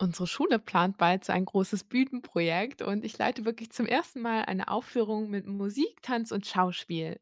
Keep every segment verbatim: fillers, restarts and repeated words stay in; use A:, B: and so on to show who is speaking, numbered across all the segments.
A: Unsere Schule plant bald so ein großes Bühnenprojekt und ich leite wirklich zum ersten Mal eine Aufführung mit Musik, Tanz und Schauspiel.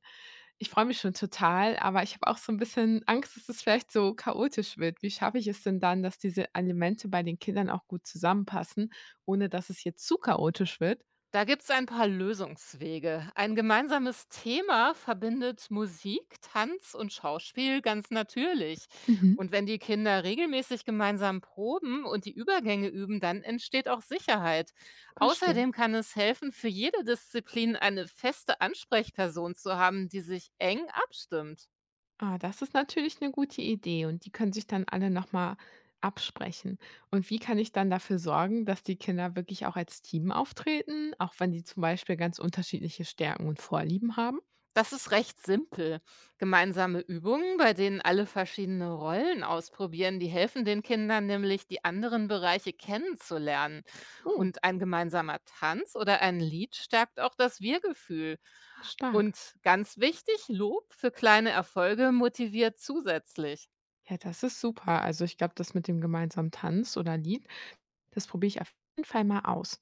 A: Ich freue mich schon total, aber ich habe auch so ein bisschen Angst, dass es vielleicht so chaotisch wird. Wie schaffe ich es denn dann, dass diese Elemente bei den Kindern auch gut zusammenpassen, ohne dass es jetzt zu chaotisch wird?
B: Da gibt es ein paar Lösungswege. Ein gemeinsames Thema verbindet Musik, Tanz und Schauspiel ganz natürlich.
A: Mhm.
B: Und wenn die Kinder regelmäßig gemeinsam proben und die Übergänge üben, dann entsteht auch Sicherheit.
A: Verstehe.
B: Außerdem kann es helfen, für jede Disziplin eine feste Ansprechperson zu haben, die sich eng abstimmt.
A: Ah, das ist natürlich eine gute Idee und die können sich dann alle noch mal absprechen. Und wie kann ich dann dafür sorgen, dass die Kinder wirklich auch als Team auftreten, auch wenn die zum Beispiel ganz unterschiedliche Stärken und Vorlieben haben?
B: Das ist recht simpel. Gemeinsame Übungen, bei denen alle verschiedene Rollen ausprobieren, die helfen den Kindern nämlich, die anderen Bereiche kennenzulernen.
A: Oh,
B: Und ein gemeinsamer Tanz oder ein Lied stärkt auch das Wir-Gefühl.
A: stark.
B: Und ganz wichtig, Lob für kleine Erfolge motiviert zusätzlich.
A: Ja, das ist super. Also, ich glaube, das mit dem gemeinsamen Tanz oder Lied, das probiere ich auf jeden Fall mal aus.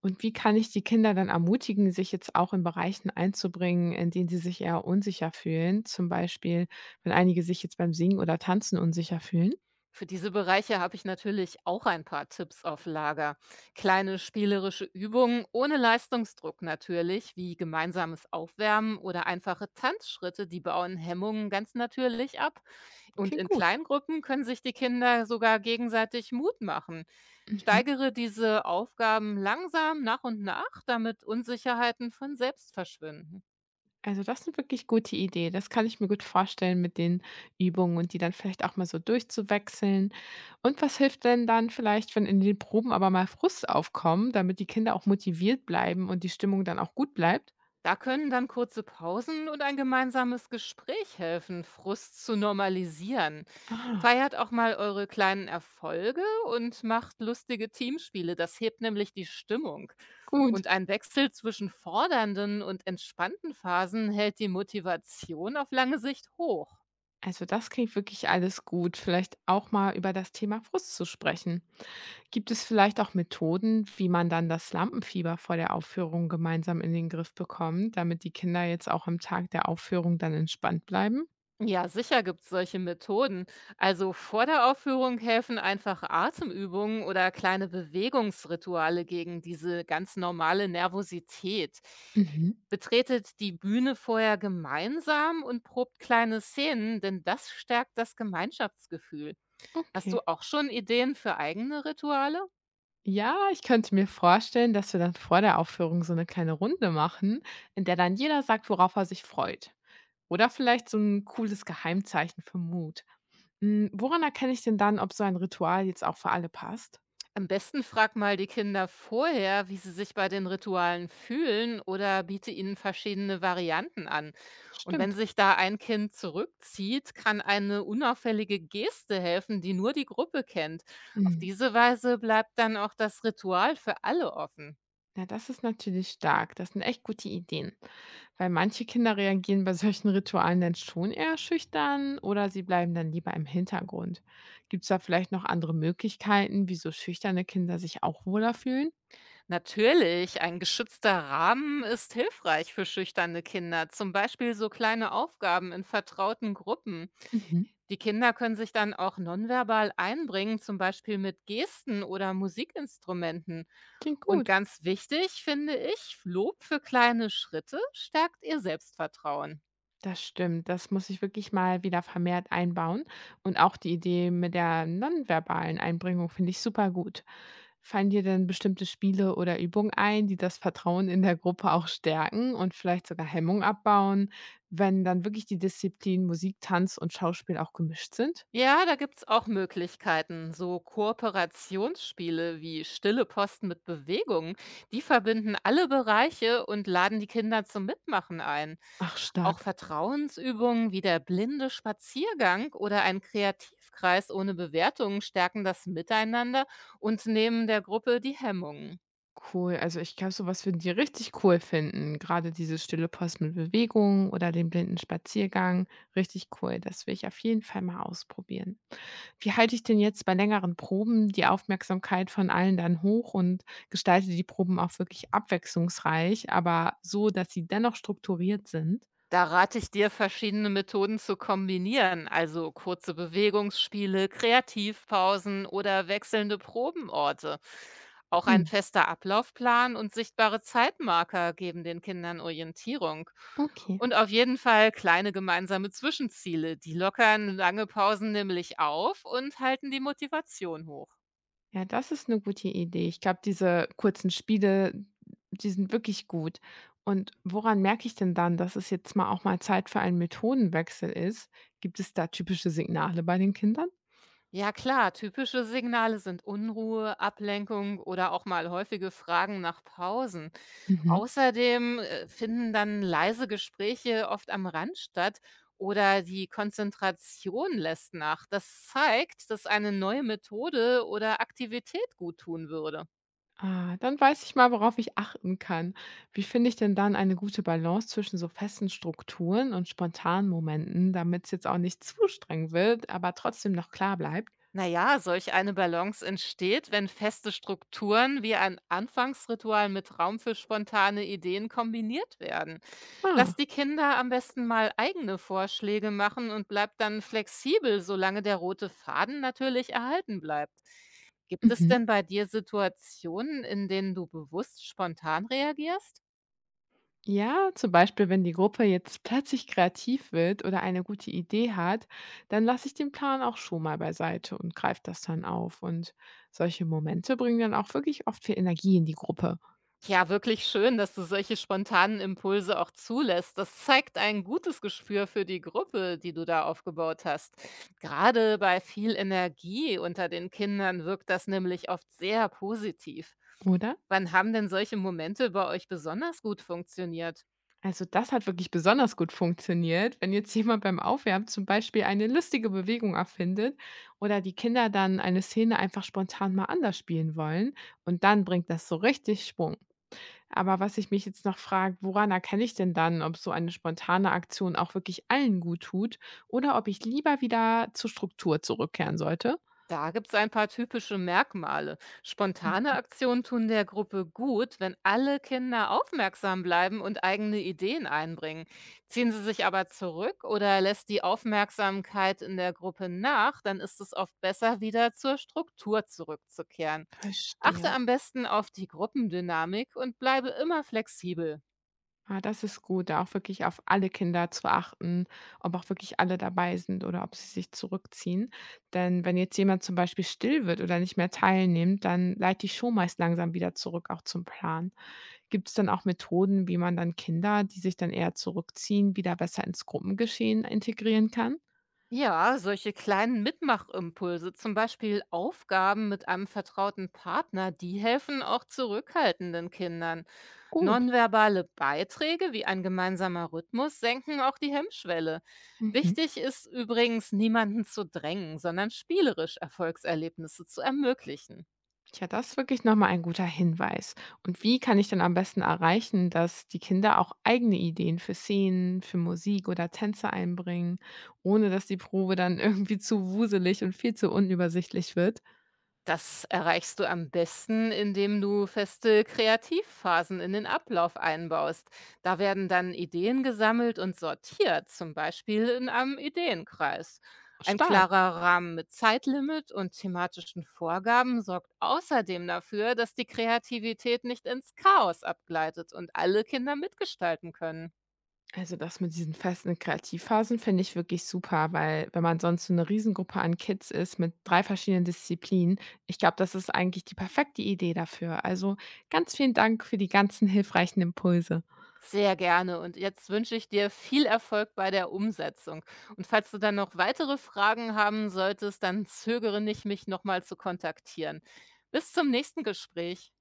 A: Und wie kann ich die Kinder dann ermutigen, sich jetzt auch in Bereichen einzubringen, in denen sie sich eher unsicher fühlen, zum Beispiel, wenn einige sich jetzt beim Singen oder Tanzen unsicher fühlen?
B: Für diese Bereiche habe ich natürlich auch ein paar Tipps auf Lager. Kleine spielerische Übungen ohne Leistungsdruck natürlich, wie gemeinsames Aufwärmen oder einfache Tanzschritte, die bauen Hemmungen ganz natürlich ab. Und
A: Klingt
B: in
A: gut.
B: Kleingruppen können sich die Kinder sogar gegenseitig Mut machen.
A: Mhm.
B: Steigere diese Aufgaben langsam nach und nach, damit Unsicherheiten von selbst verschwinden.
A: Also das 'ne wirklich gute Idee. Das kann ich mir gut vorstellen mit den Übungen und die dann vielleicht auch mal so durchzuwechseln. Und was hilft denn dann vielleicht, wenn in den Proben aber mal Frust aufkommen, damit die Kinder auch motiviert bleiben und die Stimmung dann auch gut bleibt?
B: Da können dann kurze Pausen und ein gemeinsames Gespräch helfen, Frust zu normalisieren.
A: Ah,
B: Feiert auch mal eure kleinen Erfolge und macht lustige Teamspiele. Das hebt nämlich die Stimmung.
A: gut.
B: Und ein Wechsel zwischen fordernden und entspannten Phasen hält die Motivation auf lange Sicht hoch.
A: Also das klingt wirklich alles gut, vielleicht auch mal über das Thema Frust zu sprechen. Gibt es vielleicht auch Methoden, wie man dann das Lampenfieber vor der Aufführung gemeinsam in den Griff bekommt, damit die Kinder jetzt auch am Tag der Aufführung dann entspannt bleiben?
B: Ja, sicher gibt's solche Methoden. Also vor der Aufführung helfen einfache Atemübungen oder kleine Bewegungsrituale gegen diese ganz normale Nervosität.
A: Mhm.
B: Betretet die Bühne vorher gemeinsam und probt kleine Szenen, denn das stärkt das Gemeinschaftsgefühl. Hast du
A: Okay.
B: auch schon Ideen für eigene Rituale?
A: Ja, ich könnte mir vorstellen, dass wir dann vor der Aufführung so eine kleine Runde machen, in der dann jeder sagt, worauf er sich freut. Oder vielleicht so ein cooles Geheimzeichen für Mut. Hm, woran erkenne ich denn dann, ob so ein Ritual jetzt auch für alle passt?
B: Am besten frag mal die Kinder vorher, wie sie sich bei den Ritualen fühlen oder biete ihnen verschiedene Varianten an. Und wenn
A: Stimmt.
B: sich da ein Kind zurückzieht, kann eine unauffällige Geste helfen, die nur die Gruppe kennt. Auf
A: Mhm.
B: diese Weise bleibt dann auch das Ritual für alle offen.
A: Ja, das ist natürlich stark. Das sind echt gute Ideen. Weil manche Kinder reagieren bei solchen Ritualen dann schon eher schüchtern oder sie bleiben dann lieber im Hintergrund. Gibt es da vielleicht noch andere Möglichkeiten, wieso schüchterne Kinder sich auch wohler fühlen?
B: Natürlich, ein geschützter Rahmen ist hilfreich für schüchterne Kinder, zum Beispiel so kleine Aufgaben in vertrauten Gruppen.
A: Mhm.
B: Die Kinder können sich dann auch nonverbal einbringen, zum Beispiel mit Gesten oder Musikinstrumenten.
A: Klingt
B: Und
A: gut.
B: ganz wichtig finde ich, Lob für kleine Schritte stärkt ihr Selbstvertrauen.
A: Das stimmt, das muss ich wirklich mal wieder vermehrt einbauen. Und auch die Idee mit der nonverbalen Einbringung finde ich super gut. Fallen dir denn bestimmte Spiele oder Übungen ein, die das Vertrauen in der Gruppe auch stärken und vielleicht sogar Hemmung abbauen, wenn dann wirklich die Disziplinen Musik, Tanz und Schauspiel auch gemischt sind?
B: Ja, da gibt's auch Möglichkeiten, so Kooperationsspiele wie Stille Posten mit Bewegung. Die verbinden alle Bereiche und laden die Kinder zum Mitmachen ein.
A: Ach,
B: Auch
A: stark.
B: Vertrauensübungen wie der blinde Spaziergang oder ein Kreativkreis ohne Bewertungen stärken das Miteinander und nehmen der Gruppe die Hemmungen.
A: Cool. Also, ich glaube, so was würden die richtig cool finden. Gerade diese stille Post mit Bewegung oder den blinden Spaziergang. Richtig cool. Das will ich auf jeden Fall mal ausprobieren. Wie halte ich denn jetzt bei längeren Proben die Aufmerksamkeit von allen dann hoch und gestalte die Proben auch wirklich abwechslungsreich, aber so, dass sie dennoch strukturiert sind?
B: Da rate ich dir, verschiedene Methoden zu kombinieren, also kurze Bewegungsspiele, Kreativpausen oder wechselnde Probenorte. Auch
A: Hm,
B: ein fester Ablaufplan und sichtbare Zeitmarker geben den Kindern Orientierung.
A: okay.
B: Und auf jeden Fall kleine gemeinsame Zwischenziele, die lockern lange Pausen nämlich auf und halten die Motivation hoch.
A: Ja, das ist eine gute Idee. Ich glaube, diese kurzen Spiele, die sind wirklich gut. Und woran merke ich denn dann, dass es jetzt mal auch mal Zeit für einen Methodenwechsel ist? Gibt es da typische Signale bei den Kindern?
B: Ja klar, typische Signale sind Unruhe, Ablenkung oder auch mal häufige Fragen nach Pausen.
A: Mhm.
B: Außerdem, äh, finden dann leise Gespräche oft am Rand statt oder die Konzentration lässt nach. Das zeigt, dass eine neue Methode oder Aktivität gut tun würde.
A: Ah, dann weiß ich mal, worauf ich achten kann. Wie finde ich denn dann eine gute Balance zwischen so festen Strukturen und spontanen Momenten, damit es jetzt auch nicht zu streng wird, aber trotzdem noch klar bleibt?
B: Naja, solch eine Balance entsteht, wenn feste Strukturen wie ein Anfangsritual mit Raum für spontane Ideen kombiniert werden. Lass
A: Ah.
B: die Kinder am besten mal eigene Vorschläge machen und bleib dann flexibel, solange der rote Faden natürlich erhalten bleibt. Gibt es
A: Mhm.
B: denn bei dir Situationen, in denen du bewusst spontan reagierst?
A: Ja, zum Beispiel, wenn die Gruppe jetzt plötzlich kreativ wird oder eine gute Idee hat, dann lasse ich den Plan auch schon mal beiseite und greife das dann auf. Und solche Momente bringen dann auch wirklich oft viel Energie in die Gruppe,
B: Ja, wirklich schön, dass du solche spontanen Impulse auch zulässt. Das zeigt ein gutes Gespür für die Gruppe, die du da aufgebaut hast. Gerade bei viel Energie unter den Kindern wirkt das nämlich oft sehr positiv.
A: oder?
B: Wann haben denn solche Momente bei euch besonders gut funktioniert?
A: Also das hat wirklich besonders gut funktioniert, wenn jetzt jemand beim Aufwärmen zum Beispiel eine lustige Bewegung erfindet oder die Kinder dann eine Szene einfach spontan mal anders spielen wollen und dann bringt das so richtig Schwung. Aber was ich mich jetzt noch frage, woran erkenne ich denn dann, ob so eine spontane Aktion auch wirklich allen gut tut oder ob ich lieber wieder zur Struktur zurückkehren sollte?
B: Da gibt es ein paar typische Merkmale. Spontane
A: Hm,
B: Aktionen tun der Gruppe gut, wenn alle Kinder aufmerksam bleiben und eigene Ideen einbringen. Ziehen sie sich aber zurück oder lässt die Aufmerksamkeit in der Gruppe nach, dann ist es oft besser, wieder zur Struktur zurückzukehren. Achte
A: verstehe.
B: am besten auf die Gruppendynamik und bleibe immer flexibel.
A: Ah, das ist gut, da auch wirklich auf alle Kinder zu achten, ob auch wirklich alle dabei sind oder ob sie sich zurückziehen. Denn wenn jetzt jemand zum Beispiel still wird oder nicht mehr teilnimmt, dann leitet die Show meist langsam wieder zurück, auch zum Plan. Gibt es dann auch Methoden, wie man dann Kinder, die sich dann eher zurückziehen, wieder besser ins Gruppengeschehen integrieren kann?
B: Ja, solche kleinen Mitmachimpulse, zum Beispiel Aufgaben mit einem vertrauten Partner, die helfen auch zurückhaltenden Kindern.
A: Gut.
B: Nonverbale Beiträge wie ein gemeinsamer Rhythmus senken auch die Hemmschwelle.
A: Mhm.
B: Wichtig ist übrigens, niemanden zu drängen, sondern spielerisch Erfolgserlebnisse zu ermöglichen.
A: Tja, das ist wirklich nochmal ein guter Hinweis. Und wie kann ich denn am besten erreichen, dass die Kinder auch eigene Ideen für Szenen, für Musik oder Tänze einbringen, ohne dass die Probe dann irgendwie zu wuselig und viel zu unübersichtlich wird?
B: Das erreichst du am besten, indem du feste Kreativphasen in den Ablauf einbaust. Da werden dann Ideen gesammelt und sortiert, zum Beispiel in einem Ideenkreis. Ein
A: Stark.
B: klarer Rahmen mit Zeitlimit und thematischen Vorgaben sorgt außerdem dafür, dass die Kreativität nicht ins Chaos abgleitet und alle Kinder mitgestalten können.
A: Also das mit diesen festen Kreativphasen finde ich wirklich super, weil wenn man sonst so eine Riesengruppe an Kids ist mit drei verschiedenen Disziplinen, ich glaube, das ist eigentlich die perfekte Idee dafür. Also ganz vielen Dank für die ganzen hilfreichen Impulse.
B: Sehr gerne und jetzt wünsche ich dir viel Erfolg bei der Umsetzung. Und falls du dann noch weitere Fragen haben solltest, dann zögere nicht, mich nochmal zu kontaktieren. Bis zum nächsten Gespräch.